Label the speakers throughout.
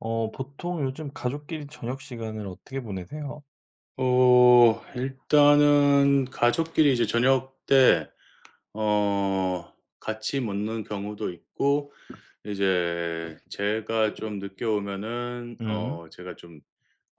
Speaker 1: 보통 요즘 가족끼리 저녁 시간을 어떻게 보내세요?
Speaker 2: 어 일단은 가족끼리 이제 저녁 때 어 같이 먹는 경우도 있고 이제 제가 좀 늦게 오면은
Speaker 1: 음.
Speaker 2: 어 제가 좀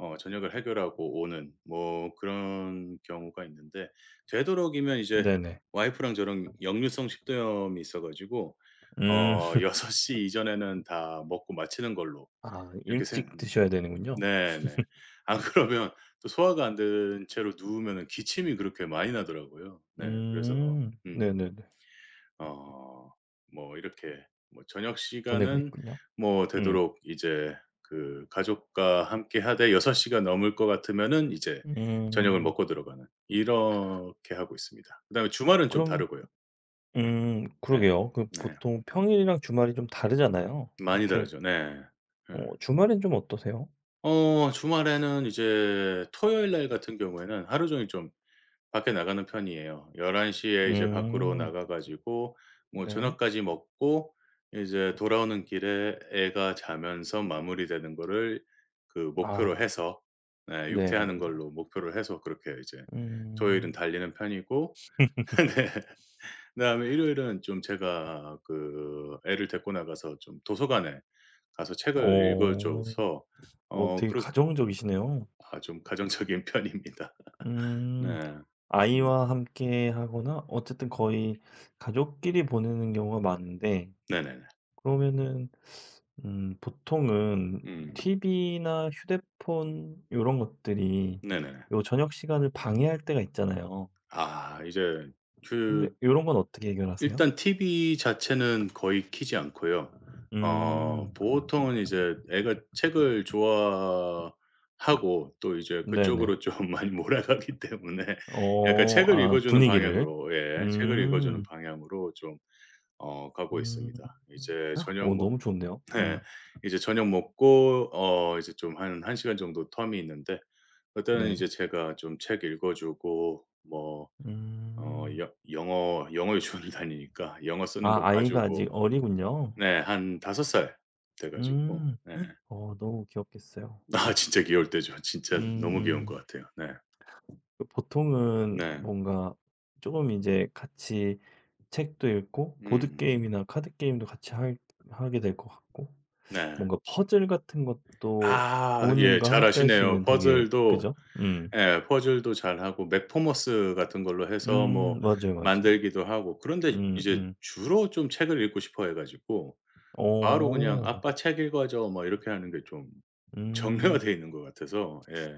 Speaker 2: 어 저녁을 해결하고 오는 뭐 그런 경우가 있는데 되도록이면 이제
Speaker 1: 네네.
Speaker 2: 와이프랑 저랑 역류성 식도염이 있어 가지고
Speaker 1: 음.
Speaker 2: 어 6시 이전에는 다 먹고 마치는 걸로
Speaker 1: 아
Speaker 2: 이렇게 생
Speaker 1: 일찍 드셔야 되는군요.
Speaker 2: 네네. 안 그러면 또 소화가 안된 채로 누우면은 기침이 그렇게 많이 나더라고요. 네. 그래서
Speaker 1: 음.
Speaker 2: 음
Speaker 1: 네네네.
Speaker 2: 어 뭐 이렇게 뭐 저녁
Speaker 1: 보내고
Speaker 2: 시간은
Speaker 1: 있군요.
Speaker 2: 뭐
Speaker 1: 음.
Speaker 2: 되도록 이제 그 가족과 함께 하되 6 시가 넘을 것 같으면은 이제 저녁을
Speaker 1: 음.
Speaker 2: 먹고 들어가는 이렇게 하고 있습니다. 그다음에 주말은 좀
Speaker 1: 그럼
Speaker 2: 다르고요. 네.
Speaker 1: 그러게요. 그
Speaker 2: 네.
Speaker 1: 보통 평일이랑 주말이 좀 다르잖아요.
Speaker 2: 많이
Speaker 1: 그렇게
Speaker 2: 다르죠. 네. 예.
Speaker 1: 주말엔 좀 어떠세요?
Speaker 2: 어 주말에는 이제 토요일 날 같은 경우에는 하루 종일 좀 밖에 나가는 편이에요. 1 1시에 이제 밖으로
Speaker 1: 음.
Speaker 2: 나가 가지고 뭐
Speaker 1: 네.
Speaker 2: 저녁까지 먹고 이제 돌아오는 길에 애가 자면서 마무리되는 거를 그 목표로
Speaker 1: 아.
Speaker 2: 해서 네 육퇴하는
Speaker 1: 네네네.
Speaker 2: 걸로 목표를 해서 그렇게 이제 토요일은
Speaker 1: 음.
Speaker 2: 달리는 편이고 네 그다음에 일요일은 좀 제가 그 애를 데리고 나가서 좀 도서관에 가서 책을 읽어
Speaker 1: 어.
Speaker 2: 줘서 어
Speaker 1: 되게
Speaker 2: 그렇
Speaker 1: 가정적이시네요.
Speaker 2: 아 좀 가정적인 편입니다.
Speaker 1: 음.
Speaker 2: 네. 음.
Speaker 1: 아이와 함께 하거나 어쨌든 거의 가족끼리 보내는 경우가 많은데
Speaker 2: 네네네.
Speaker 1: 그러면은 보통은
Speaker 2: 음.
Speaker 1: TV나 휴대폰 이런 것들이
Speaker 2: 네네네.
Speaker 1: 요 저녁 시간을 방해할 때가 있잖아요.
Speaker 2: 아 이제
Speaker 1: 근데
Speaker 2: 그
Speaker 1: 이런 건 어떻게 해결하세요?
Speaker 2: 일단 TV 자체는 거의 켜지 않고요. 어
Speaker 1: 음.
Speaker 2: 보통은 이제 애가 책을 좋아하고 또 이제
Speaker 1: 네네.
Speaker 2: 그쪽으로 좀 많이 몰아가기 때문에 약간 책을 읽어
Speaker 1: 아
Speaker 2: 주는
Speaker 1: 분위기를.
Speaker 2: 방향으로 예 책을 읽어 주는
Speaker 1: 음.
Speaker 2: 방향으로 좀 어 가고
Speaker 1: 음.
Speaker 2: 있습니다. 이제 저녁 먹
Speaker 1: 너무 좋은데요.
Speaker 2: 네,
Speaker 1: 음.
Speaker 2: 이제 저녁 먹고 어 이제 좀 한 1 시간 정도 텀이 있는데 그때는 이제
Speaker 1: 네네.
Speaker 2: 제가 좀 책 읽어 주고 뭐 어
Speaker 1: 음.
Speaker 2: 여 영어 유치원을 다니니까 영어 쓰는 거
Speaker 1: 아
Speaker 2: 봐
Speaker 1: 아이가
Speaker 2: 주고
Speaker 1: 아직 어리군요.
Speaker 2: 네 한 5살 돼 가지고
Speaker 1: 음.
Speaker 2: 네.
Speaker 1: 너무 귀엽겠어요.
Speaker 2: 아 진짜 귀여울 때죠. 진짜 너무 귀여운 것
Speaker 1: 음음.
Speaker 2: 같아요. 네.
Speaker 1: 그 보통은
Speaker 2: 네.
Speaker 1: 뭔가 조금 이제 같이 책도 읽고 보드
Speaker 2: 음.
Speaker 1: 게임이나 카드 게임도 같이 할 하게 될 것 같고
Speaker 2: 네.
Speaker 1: 뭔가 퍼즐 같은 것도
Speaker 2: 아 예.
Speaker 1: 부모님과
Speaker 2: 잘
Speaker 1: 함께 할 수
Speaker 2: 아시네요.
Speaker 1: 있는 되게
Speaker 2: 퍼즐도
Speaker 1: 그죠? 음.
Speaker 2: 예 퍼즐도 잘하고 맥포머스 같은 걸로 해서 뭐
Speaker 1: 맞아요, 맞아요.
Speaker 2: 만들기도 하고 그런데
Speaker 1: 음
Speaker 2: 이제
Speaker 1: 음.
Speaker 2: 주로 좀 책을 읽고 싶어 해 가지고 바로 그냥
Speaker 1: 오,
Speaker 2: "아빠 책 읽어줘." 뭐 이렇게 하는 게 좀 정리가
Speaker 1: 음.
Speaker 2: 돼 있는 것 같아서 예.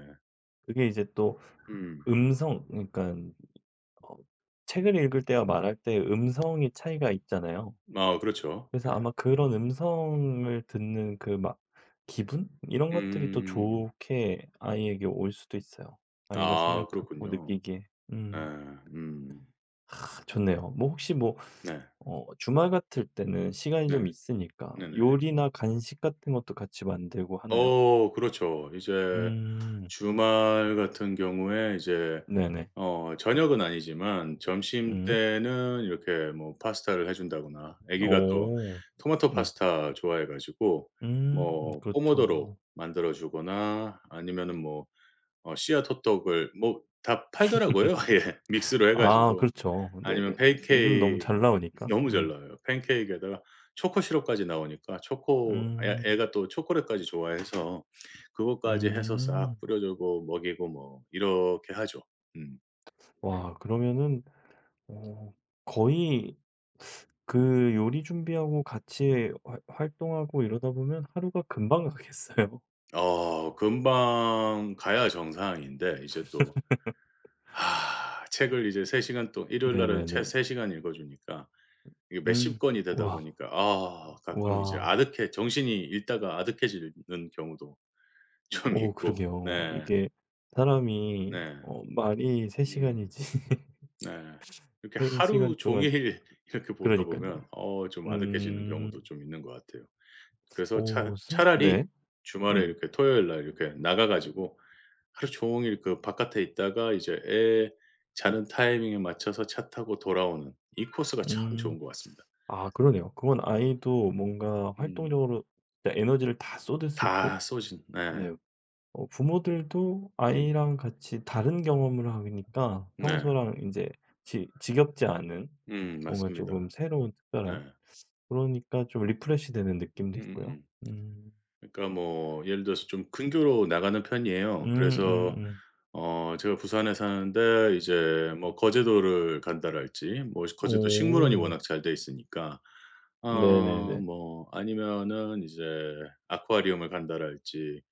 Speaker 1: 그게 이제 또
Speaker 2: 음.
Speaker 1: 음성 그러니까 어 책을 읽을 때와 말할 때 음성이 차이가 있잖아요.
Speaker 2: 아 그렇죠.
Speaker 1: 그래서
Speaker 2: 네.
Speaker 1: 아마 그런 음성을 듣는 그 막 기분? 이런 것들이 또
Speaker 2: 음.
Speaker 1: 좋게 아이에게 올 수도 있어요. 아이가
Speaker 2: 아
Speaker 1: 생각하고
Speaker 2: 그렇군요.
Speaker 1: 느끼기에.
Speaker 2: 네.
Speaker 1: 음.
Speaker 2: 음.
Speaker 1: 아 좋네요. 뭐 혹시 뭐
Speaker 2: 네.
Speaker 1: 주말 같을 때는 시간이
Speaker 2: 네.
Speaker 1: 좀 있으니까
Speaker 2: 네네.
Speaker 1: 요리나 간식 같은 것도 같이 만들고 하나요?
Speaker 2: 어 그렇죠. 이제
Speaker 1: 음.
Speaker 2: 주말 같은 경우에 이제
Speaker 1: 네네.
Speaker 2: 어 저녁은 아니지만
Speaker 1: 음.
Speaker 2: 점심때는 이렇게 뭐 파스타를 해 준다거나 아기가 또
Speaker 1: 오오
Speaker 2: 토마토
Speaker 1: 음.
Speaker 2: 파스타 좋아해 가지고
Speaker 1: 음.
Speaker 2: 뭐
Speaker 1: 그렇죠.
Speaker 2: 포모도로
Speaker 1: 음.
Speaker 2: 만들어 주거나 아니면은 뭐 어 씨앗 호떡을 뭐 다 팔더라고요. 예. 믹스로 해
Speaker 1: 아
Speaker 2: 가지고.
Speaker 1: 그렇죠.
Speaker 2: 아니면
Speaker 1: 네네네. 요즘 너무
Speaker 2: 베이케이
Speaker 1: 잘 나오니까.
Speaker 2: 너무 잘
Speaker 1: 음.
Speaker 2: 나와요. 팬케이크에다가 초코 시럽까지 나오니까 초코 애
Speaker 1: 음.
Speaker 2: 애가 또 초콜릿까지 좋아해서 그것까지 해서
Speaker 1: 음.
Speaker 2: 싹 뿌려 주고 먹이고 뭐 이렇게 하죠. 음.
Speaker 1: 와 그러면은 어 거의 그 요리 준비하고 같이 활 활동하고 이러다 보면 하루가 금방 가겠어요.
Speaker 2: 어 금방 가야 정상인데 이제 또 아 책을 이제 3 시간 동 일요일 날은 책
Speaker 1: 네네네.
Speaker 2: 3 시간 읽어 주니까 이게
Speaker 1: 음.
Speaker 2: 몇십 권이 되다
Speaker 1: 와.
Speaker 2: 보니까 아 가끔 이제
Speaker 1: 와.
Speaker 2: 아득해 정신이 읽다가 아득해지는 경우도 좀 있고.
Speaker 1: 그러게요.
Speaker 2: 네.
Speaker 1: 이게 사람이
Speaker 2: 네.
Speaker 1: 말이 3
Speaker 2: 음.
Speaker 1: 시간이지
Speaker 2: 네. 이렇게
Speaker 1: 3 시간
Speaker 2: 하루
Speaker 1: 동안
Speaker 2: 종일 이렇게
Speaker 1: 그러
Speaker 2: 보다
Speaker 1: 니까
Speaker 2: 보면
Speaker 1: 요
Speaker 2: 어 좀 아득해지는
Speaker 1: 음.
Speaker 2: 경우도 좀 있는 것 같아요. 그래서 차
Speaker 1: 오 슴
Speaker 2: 차라리
Speaker 1: 네.
Speaker 2: 주말에
Speaker 1: 음.
Speaker 2: 이렇게 토요일 날 이렇게 나가 가지고 하루 종일 그 바깥에 있다가 이제
Speaker 1: 음.
Speaker 2: 애 자는 타이밍에 맞춰서 차 타고 돌아오는 이 코스가 참
Speaker 1: 음.
Speaker 2: 좋은 것 같습니다.
Speaker 1: 아 그러네요. 그건 아이도 뭔가
Speaker 2: 음.
Speaker 1: 활동적으로 진짜 에너지를 다 쏟을 수 있고
Speaker 2: 다 쏘진 네.
Speaker 1: 네. 부모들도
Speaker 2: 음.
Speaker 1: 아이랑 같이 다른 경험을 하니까
Speaker 2: 네.
Speaker 1: 평소랑 이제 지 지겹지 않은 뭔가 조
Speaker 2: 맞습니다.
Speaker 1: 금 새로운 특별한
Speaker 2: 네.
Speaker 1: 그러니까 좀 리프레시 되는 느낌도 있고요.
Speaker 2: 음음음.
Speaker 1: 음.
Speaker 2: 그러니까 뭐 예를 들어서 좀 근교로 나가는 편이에요. 그래서
Speaker 1: 음음음.
Speaker 2: 어 제가 부산에 사는데 이제 뭐 거제도를 간다랄지 뭐 거제도 식물원이
Speaker 1: 오.
Speaker 2: 워낙 잘 돼 있으니까 어
Speaker 1: 네네네.
Speaker 2: 뭐 아니면은 이제 아쿠아리움을 간다랄지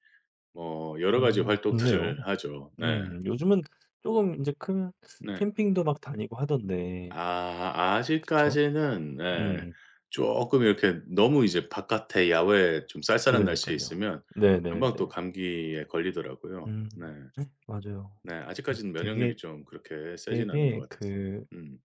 Speaker 2: 뭐 여러 가지
Speaker 1: 좋네요.
Speaker 2: 활동들을 하죠. 네.
Speaker 1: 요즘은 조금 이제 큰
Speaker 2: 네.
Speaker 1: 캠핑도 막 다니고 하던데.
Speaker 2: 아
Speaker 1: 그쵸?
Speaker 2: 아직까지는 네
Speaker 1: 음.
Speaker 2: 쪼끔 이렇게 너무 이제 바깥에 야외에 좀 쌀쌀한 날씨에
Speaker 1: 그러니깐요.
Speaker 2: 있으면
Speaker 1: 네네네.
Speaker 2: 금방 또 감기에 걸리더라고요.
Speaker 1: 음.
Speaker 2: 네.
Speaker 1: 네, 맞아요.
Speaker 2: 네. 아직까지는
Speaker 1: 되게
Speaker 2: 면역력이 좀 그렇게 세진 않은 것
Speaker 1: 되게
Speaker 2: 같아서.
Speaker 1: 그
Speaker 2: 음.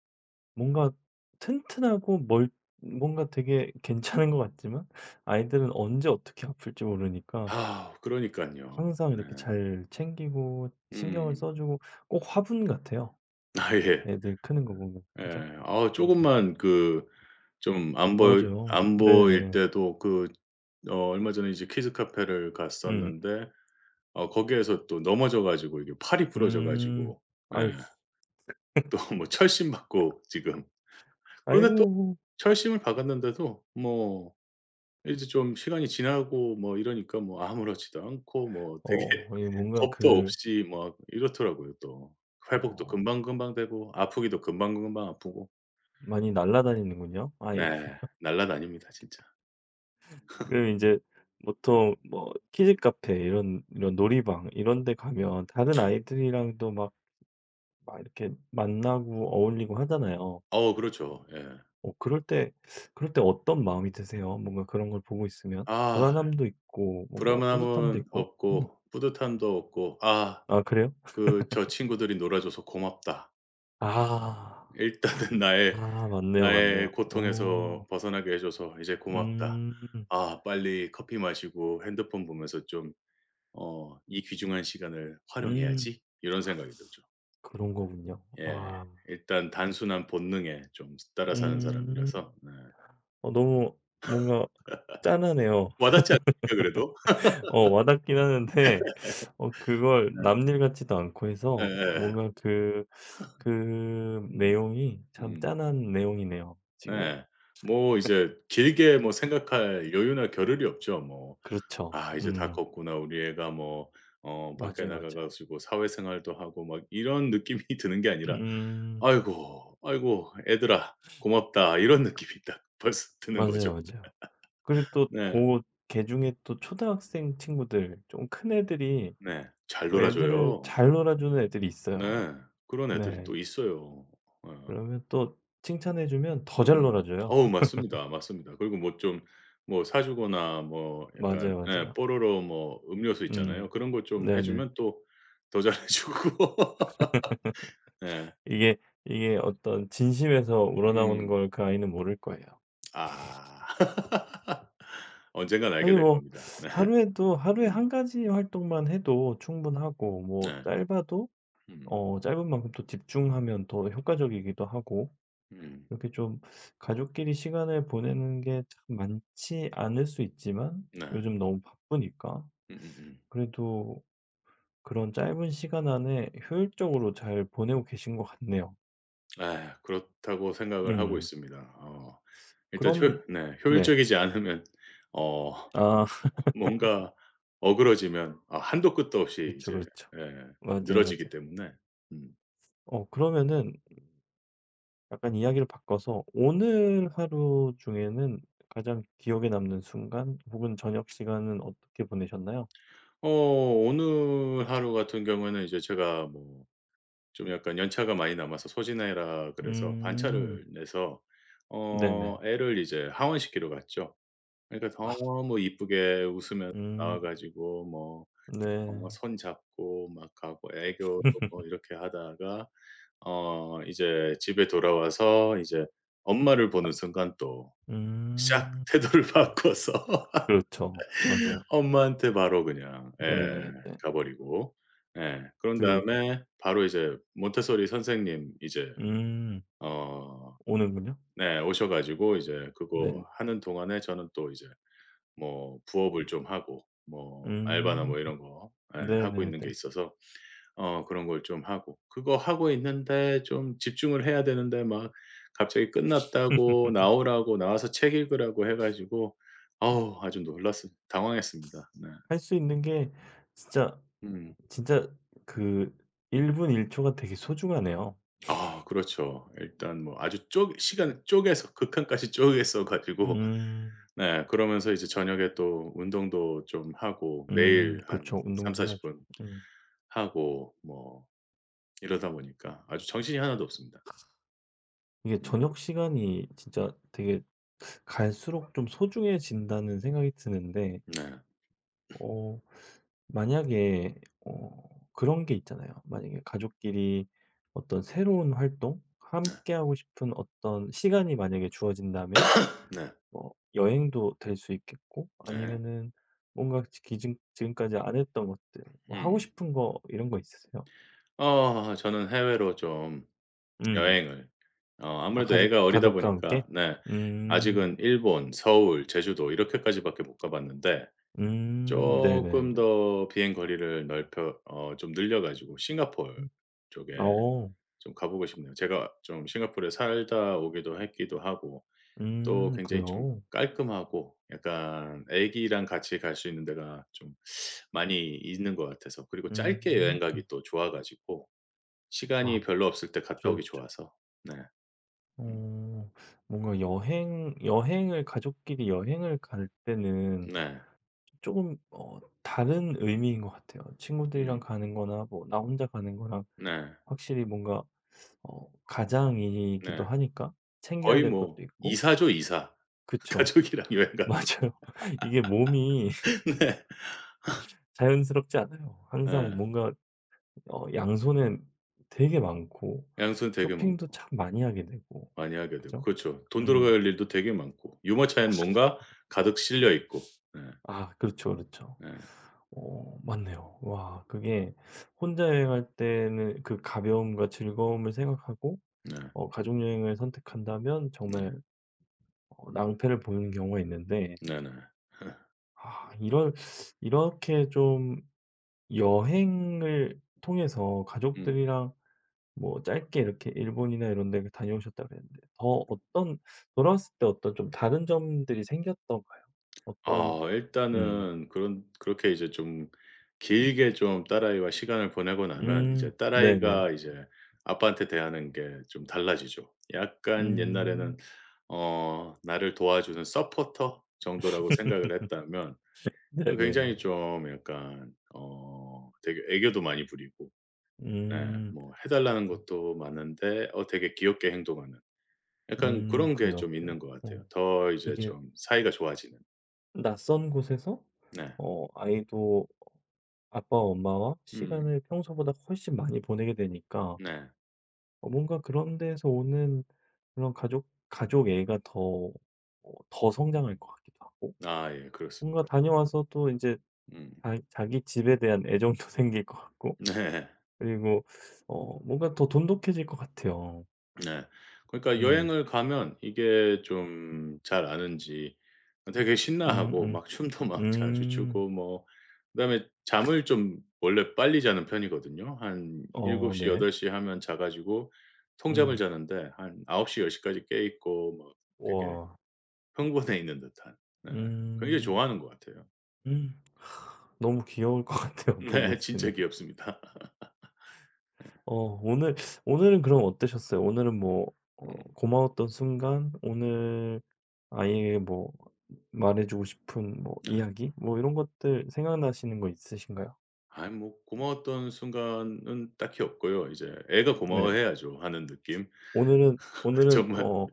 Speaker 1: 뭔가 튼튼하고 멀 뭔가 되게 괜찮은 것 같지만 아이들은 언제 어떻게 아플지 모르니까
Speaker 2: 아 그러니깐요.
Speaker 1: 항상
Speaker 2: 네.
Speaker 1: 이렇게 잘 챙기고 신경을
Speaker 2: 음.
Speaker 1: 써 주고 꼭 화분 같아요.
Speaker 2: 아 예.
Speaker 1: 애들 크는 거 보면.
Speaker 2: 예.
Speaker 1: 그죠?
Speaker 2: 아
Speaker 1: 음.
Speaker 2: 쪼금만 그 좀
Speaker 1: 맞아요.
Speaker 2: 안 보일
Speaker 1: 네네.
Speaker 2: 때도 그 어 얼마 전에 이제 키즈 카페를
Speaker 1: 음.
Speaker 2: 갔었는데 어 거기에서 또 넘어져 가지고 이게 팔이 부러져
Speaker 1: 음.
Speaker 2: 가지고 예
Speaker 1: 아이고.
Speaker 2: 또 뭐 철심 받고 지금 그런데 또
Speaker 1: 아이고.
Speaker 2: 철심을 박았는데도 뭐 이제 좀 시간이 지나고 뭐 이러니까 뭐 아무렇지도 않고 뭐 되게
Speaker 1: 어. 이게 뭔가
Speaker 2: 겁도 없이 막 이렇더라고요 또. 회복도
Speaker 1: 어
Speaker 2: 금방금방 되고 아프기도 금방금방 아프고.
Speaker 1: 많이 날아다니는군요, 아이가.
Speaker 2: 네. 날라다닙니다 진짜.
Speaker 1: 그 이제 보통 뭐 키즈 카페 이런 이런 놀이방 이런 데 가면 다른
Speaker 2: 네.
Speaker 1: 아이들이랑도 막 막 이렇게 만나고 어울리고 하잖아요.
Speaker 2: 어 그렇죠. 예.
Speaker 1: 어 그럴 때 그럴 때 어떤 마음이 드세요? 뭔가 그런 걸 보고 있으면?
Speaker 2: 아
Speaker 1: 불안함도 있고 뭔가 뿌듯함도
Speaker 2: 불안함은
Speaker 1: 있고? 음.
Speaker 2: 없고 뿌듯함도 없고 '아
Speaker 1: 아 그래요?
Speaker 2: 그 저 친구들이 놀아줘서 고맙다.
Speaker 1: 아.
Speaker 2: 일단은 나의
Speaker 1: 아 맞네요,
Speaker 2: 나의
Speaker 1: 맞네요. 어.
Speaker 2: 고통에서 벗어나게 해 줘서 이제 고맙다.
Speaker 1: 음.
Speaker 2: 아 빨리 커피 마시고 핸드폰 보면서 좀 어 '이 귀중한 시간을
Speaker 1: 음.
Speaker 2: 활용해야지.' 이런 생각이 들죠.
Speaker 1: 그런 거군요.
Speaker 2: 예.
Speaker 1: 아.
Speaker 2: 일단 단순한 본능에 좀 따라 사는 사람이라서
Speaker 1: 음.
Speaker 2: 네.
Speaker 1: 너무 뭔가 짠하네요.
Speaker 2: 와 닿지 않습니까 그래도?
Speaker 1: 와닿긴 하는데 그걸
Speaker 2: 네.
Speaker 1: 남일 같지도 않고 해서
Speaker 2: 예예.
Speaker 1: 뭔가 그
Speaker 2: 음.
Speaker 1: 내용이 참
Speaker 2: 음.
Speaker 1: 짠한 내용이네요 지금.
Speaker 2: 네. 뭐 이제 길게 뭐 생각할 여유나 겨를이 없죠. 뭐
Speaker 1: 그렇죠.
Speaker 2: '아 이제 다
Speaker 1: 음.
Speaker 2: 컸구나. 우리 애가 뭐 어 밖에
Speaker 1: 맞아요,
Speaker 2: 나가
Speaker 1: 맞아요.
Speaker 2: 가지고 사회생활도 하고' 막 이런 느낌이 드는 게 아니라
Speaker 1: 음.
Speaker 2: '아이고, 아이고 애들아 고맙다.' 이런 느낌이 딱 벌써 드는 거죠.
Speaker 1: 맞아요, 맞아요. 그리고 또
Speaker 2: 네.
Speaker 1: 그 걔 중에 또 초등학생 친구들 좀 큰 애들이
Speaker 2: 네. 잘
Speaker 1: 애들을
Speaker 2: 놀아줘요.
Speaker 1: 잘 놀아주는 애들이 있어요.
Speaker 2: 네. 그런 애들이
Speaker 1: 네.
Speaker 2: 또 있어요. 어.
Speaker 1: 그러면 또 칭찬해 주면 더 잘
Speaker 2: 음.
Speaker 1: 놀아줘요.
Speaker 2: 어우 맞습니다, 맞습니다. 그리고 뭐 좀 뭐 사 주거나 뭐 약간
Speaker 1: 맞아요,
Speaker 2: 예
Speaker 1: 맞아요.
Speaker 2: 뽀로로 뭐 음료수 있잖아요.
Speaker 1: 음.
Speaker 2: 그런 거 좀 해
Speaker 1: 네네.
Speaker 2: 주면 또 더 잘해 주고. 네.
Speaker 1: 이게, 이게 어떤 진심에서 우러나오는
Speaker 2: 음.
Speaker 1: 걸 그 아이는 모를 거예요.
Speaker 2: 아. 언젠간 알게
Speaker 1: 아니
Speaker 2: 될
Speaker 1: 뭐
Speaker 2: 겁니다. 네.
Speaker 1: 하루에도 하루에
Speaker 2: 음.
Speaker 1: 한 가지 활동만 해도 충분하고 뭐
Speaker 2: 네.
Speaker 1: 짧아도
Speaker 2: 음.
Speaker 1: 짧은 만큼 또 집중하면 더 효과적이기도 하고
Speaker 2: 음.
Speaker 1: 이렇게 좀 가족끼리 시간을 보내는 게 참 많지 않을 수 있지만
Speaker 2: 네.
Speaker 1: 요즘 너무 바쁘니까
Speaker 2: 음음음.
Speaker 1: 그래도 그런 짧은 시간 안에 효율적으로 잘 보내고 계신 것 같네요.
Speaker 2: 예. 그렇다고 생각을 하고
Speaker 1: 음.
Speaker 2: 있습니다. 어. 일단
Speaker 1: 그럼
Speaker 2: 효 네
Speaker 1: 네.
Speaker 2: 효율적이지 않으면 어
Speaker 1: 아
Speaker 2: 뭔가 어그러지면 아 한도 끝도 없이
Speaker 1: 그렇죠,
Speaker 2: 이제
Speaker 1: 그렇죠.
Speaker 2: 예
Speaker 1: 맞아요,
Speaker 2: 늘어지기
Speaker 1: 맞아요.
Speaker 2: 때문에 음.
Speaker 1: 그러면은 약간 이야기를 바꿔서 오늘 하루 중에는 가장 기억에 남는 순간 혹은 저녁 시간은 어떻게 보내셨나요?
Speaker 2: 어 오늘 하루 같은 경우에는 이제 제가 뭐 좀 약간 연차가 많이 남아서 소진해라 그래서
Speaker 1: 음.
Speaker 2: 반차를 내서 어
Speaker 1: 네네.
Speaker 2: 애를 이제 하원시키러 갔죠. 그러니까
Speaker 1: 아
Speaker 2: 너무 이쁘게 웃으면서 나와
Speaker 1: 음.
Speaker 2: 가지고 뭐
Speaker 1: 네.
Speaker 2: 어 손 잡고 막 가고 애교도 뭐 이렇게 하다가 어 이제 집에 돌아와서 이제 엄마를 보는 순간 또 샥
Speaker 1: 음.
Speaker 2: 태도를 바꿔서
Speaker 1: 그렇죠. 맞아요.
Speaker 2: 엄마한테 바로 그냥 예
Speaker 1: 네네네.
Speaker 2: 가 버리고 예 그런
Speaker 1: 그
Speaker 2: 다음에 바로 이제 몬테소리 선생님 이제
Speaker 1: 음.
Speaker 2: 어
Speaker 1: 오는군요.
Speaker 2: 네 오셔 가지고 이제
Speaker 1: 네네.
Speaker 2: 그거 하는 동안에 저는 또 이제 뭐 부업을 좀 하고 뭐 알바나
Speaker 1: 음.
Speaker 2: 뭐 이런 거 예 하고
Speaker 1: 네네네.
Speaker 2: 있는 게 있어서 어 그런 걸 좀 하고 그거 하고 있는데 좀 집중을 해야 되는데 막 갑자기 끝났다고 나오라고 나와서 책 읽으라고 해 가지고 어우 아주 놀랐습 당황했습니다. 네.
Speaker 1: 할 수 있는 게 진짜
Speaker 2: 음.
Speaker 1: 진짜 그 1분 1 초가 되게 소중하네요.
Speaker 2: 아 그렇죠. 일단 뭐 아주 쪼 시간을 쪼개서 극한까지 쪼개서 가지고
Speaker 1: 음.
Speaker 2: 네 그러면서 이제 저녁에 또 운동도 좀 하고 매일 한
Speaker 1: 그렇죠. 운동도
Speaker 2: 30-40
Speaker 1: 해야죠.
Speaker 2: 분
Speaker 1: 음.
Speaker 2: 하고 뭐 이러다 보니까 아주 정신이 하나도 없습니다.
Speaker 1: 이게
Speaker 2: 음.
Speaker 1: 저녁 시간이 진짜 되게 갈수록 좀 소중해진다는 생각이 드는데
Speaker 2: 네.
Speaker 1: 어 만약에 어 그런 게 있잖아요. 만약에 가족끼리 어떤 새로운 활동, 함께 하고 싶은 어떤 시간이 만약에 주어진다면
Speaker 2: 네.
Speaker 1: 뭐 여행도 될 수 있겠고
Speaker 2: 네.
Speaker 1: 아니면은 뭔가 기증 지금까지 안 했던 것들 뭐 하고
Speaker 2: 음
Speaker 1: 싶은 거 이런 거 있으세요?
Speaker 2: 어 저는 해외로 좀
Speaker 1: 음.
Speaker 2: 여행을 어
Speaker 1: 아
Speaker 2: 아무래도 애가 어리다
Speaker 1: 가족과 함께?
Speaker 2: 보니까 네
Speaker 1: 음.
Speaker 2: 아직은 일본, 서울, 제주도 이렇게까지 밖에 못 가 봤는데
Speaker 1: 네네네.
Speaker 2: 쪼끔 더 비행 거리를 넓혀 어 좀 늘려 가지고 싱가포르
Speaker 1: 음
Speaker 2: 쪽에
Speaker 1: 어.
Speaker 2: 좀 가 보고 싶네요. 제가 좀 싱가포르에 살다 오기도 했기도 하고 또 굉장히 좀
Speaker 1: 그래요?
Speaker 2: 깔끔하고 약간 애기랑 같이 갈 수 있는 데가 좀 많이 있는 것 같아서 그리고 짧게 여행
Speaker 1: 음.
Speaker 2: 가기 또 좋아 가지고
Speaker 1: 아
Speaker 2: 시간이 별로 없을 때
Speaker 1: 그죠
Speaker 2: 갔다 오기
Speaker 1: 그
Speaker 2: 좋아서. 네. 음.
Speaker 1: 어 뭔가 여행을 가족끼리 여행을 갈 때는
Speaker 2: 네.
Speaker 1: 조금 다른 의미인 것 같아요. 친구들이랑
Speaker 2: 음.
Speaker 1: 가는 거나 뭐 나 혼자 가는 거랑
Speaker 2: 네.
Speaker 1: 확실히 뭔가 가장이기도
Speaker 2: 네.
Speaker 1: 하니까 챙겨야
Speaker 2: 거의
Speaker 1: 될 것도
Speaker 2: 뭐
Speaker 1: 있고
Speaker 2: 이사죠, 이사.
Speaker 1: 그쵸.
Speaker 2: 가족이랑 여행 가는 거.
Speaker 1: 맞아요. 이게 몸이
Speaker 2: 네.
Speaker 1: 자연스럽지 않아요. 항상
Speaker 2: 예.
Speaker 1: 뭔가 양손에 되게 많고
Speaker 2: 양손 되게
Speaker 1: 쇼핑도
Speaker 2: 많고
Speaker 1: 참 많이 하게 되고.
Speaker 2: 많이 하게 되고.
Speaker 1: 그죠?
Speaker 2: 그렇죠. 돈
Speaker 1: 음.
Speaker 2: 들어갈 일도 되게 많고 유모차엔 뭔가 가득 실려 있고. 네.
Speaker 1: 아 그렇죠, 그렇죠.
Speaker 2: 네.
Speaker 1: 맞네요. 와 그게 혼자 여행할 때는 그 가벼움과 즐거움을 생각하고
Speaker 2: 네.
Speaker 1: 가족 여행을 선택한다면
Speaker 2: 네.
Speaker 1: 정말
Speaker 2: 음.
Speaker 1: 낭패를 보는 경우가 있는데
Speaker 2: 네네.
Speaker 1: 아 이런 이렇게 좀 여행을 통해서
Speaker 2: 음.
Speaker 1: 가족들이랑 뭐 짧게 이렇게 일본이나 이런 데 다녀오셨다 그랬는데 더 어떤 돌아왔을 때 어떤 좀 다른 점들이 생겼던가요?
Speaker 2: 아
Speaker 1: 어떤 음.
Speaker 2: 일단은 그런 그렇게 이제 좀 길게 좀 딸아이와 시간을 보내고 나면
Speaker 1: 음.
Speaker 2: 이제
Speaker 1: 네네.
Speaker 2: 딸아이가 이제 아빠한테 대하는 게 좀 달라지죠. 약간 옛날에는
Speaker 1: 음.
Speaker 2: 어 나를 도와주는 서포터 정도라고 생각을 했다면 굉장히
Speaker 1: 네네네.
Speaker 2: 좀 약간 어 되게 애교도 많이 부리고 네
Speaker 1: 음.
Speaker 2: 뭐 해 달라는 것도 많은데 어 되게 귀엽게 행동하는 약간
Speaker 1: 음.
Speaker 2: 그런 게
Speaker 1: 그래요,
Speaker 2: 좀 있는
Speaker 1: 그래요.
Speaker 2: 것 같아요.
Speaker 1: 어.
Speaker 2: 더 이제
Speaker 1: 이게
Speaker 2: 좀 사이가 좋아지는.
Speaker 1: 낯선 곳에서
Speaker 2: 네.
Speaker 1: 아이도 아빠와 엄마와
Speaker 2: 음.
Speaker 1: 시간을 평소보다 훨씬 많이 보내게 되니까
Speaker 2: 네.
Speaker 1: 뭔가 그런 데에서 오는 그런 가족애가 더 더 성장할 것 같기도 하고
Speaker 2: 아 예
Speaker 1: 뭔가
Speaker 2: 그렇습니다.
Speaker 1: 다녀와서 또 이제
Speaker 2: 음.
Speaker 1: 자 자기 집에 대한 애정도 생길 것 같고
Speaker 2: 네.
Speaker 1: 그리고 뭔가 더 돈독해질 것 같아요.
Speaker 2: 네. 그러니까
Speaker 1: 음.
Speaker 2: 여행을 가면 이게 좀 잘 아는지 되게
Speaker 1: 음음.
Speaker 2: 신나하고
Speaker 1: 음.
Speaker 2: 막 춤도 막 자주
Speaker 1: 음,
Speaker 2: 추고 뭐 그다음에 잠을 좀 원래 빨리 자는 편이거든요. 한7곱
Speaker 1: 어
Speaker 2: 시8
Speaker 1: 네.
Speaker 2: 덟시 하면 자 가지고 통잠을
Speaker 1: 음.
Speaker 2: 자는데 한9홉시1 0 까지 깨 있고 막 되게
Speaker 1: 와.
Speaker 2: 흥분해 있는 듯한 네 굉장히
Speaker 1: 음.
Speaker 2: 좋아하는 것 같아요.
Speaker 1: 음. 너무 귀여울 것 같아요, 보고
Speaker 2: 네 진짜
Speaker 1: 있으면.
Speaker 2: 귀엽습니다.
Speaker 1: 어 오늘 오늘은 그럼 어떠셨어요? 오늘은 뭐
Speaker 2: 음.
Speaker 1: 고마웠던 순간, 오늘 아이에게 뭐 말해 주고 싶은 뭐 이야기 뭐 이런 것들 생각나시는 거 있으신가요?
Speaker 2: 아이 뭐 고마웠던 순간은 딱히 없고요. 이제 애가
Speaker 1: 네.
Speaker 2: 고마워해야죠 하는 느낌.
Speaker 1: 오늘은 오늘은
Speaker 2: 정말
Speaker 1: 어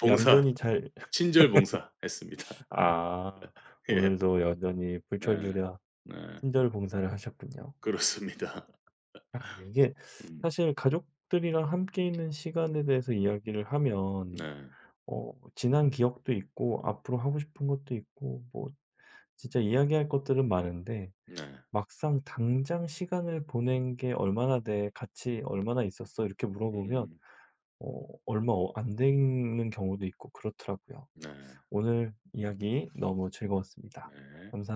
Speaker 2: 봉사,
Speaker 1: 얌전히 잘
Speaker 2: 친절 봉사했습니다.
Speaker 1: 아
Speaker 2: 예.
Speaker 1: 오늘도 여전히
Speaker 2: 네.
Speaker 1: 불철주야
Speaker 2: 네.
Speaker 1: 친절 봉사를 하셨군요.
Speaker 2: 그렇습니다.
Speaker 1: 아 이게
Speaker 2: 음.
Speaker 1: 사실 가족들이랑 함께 있는 시간에 대해서 이야기를 하면
Speaker 2: 네.
Speaker 1: 지난 기억도 있고 앞으로 하고 싶은 것도 있고 뭐 진짜 이야기할 것들은 많은데
Speaker 2: 네.
Speaker 1: 막상 "당장 시간을 보낸 게 얼마나 돼? 같이 얼마나 있었어?" 이렇게 물어보면
Speaker 2: 음.
Speaker 1: 얼마 안 되는 경우도 있고 그렇더라고요.
Speaker 2: 네.
Speaker 1: 오늘 이야기 너무 즐거웠습니다.
Speaker 2: 네.
Speaker 1: 감사 합니다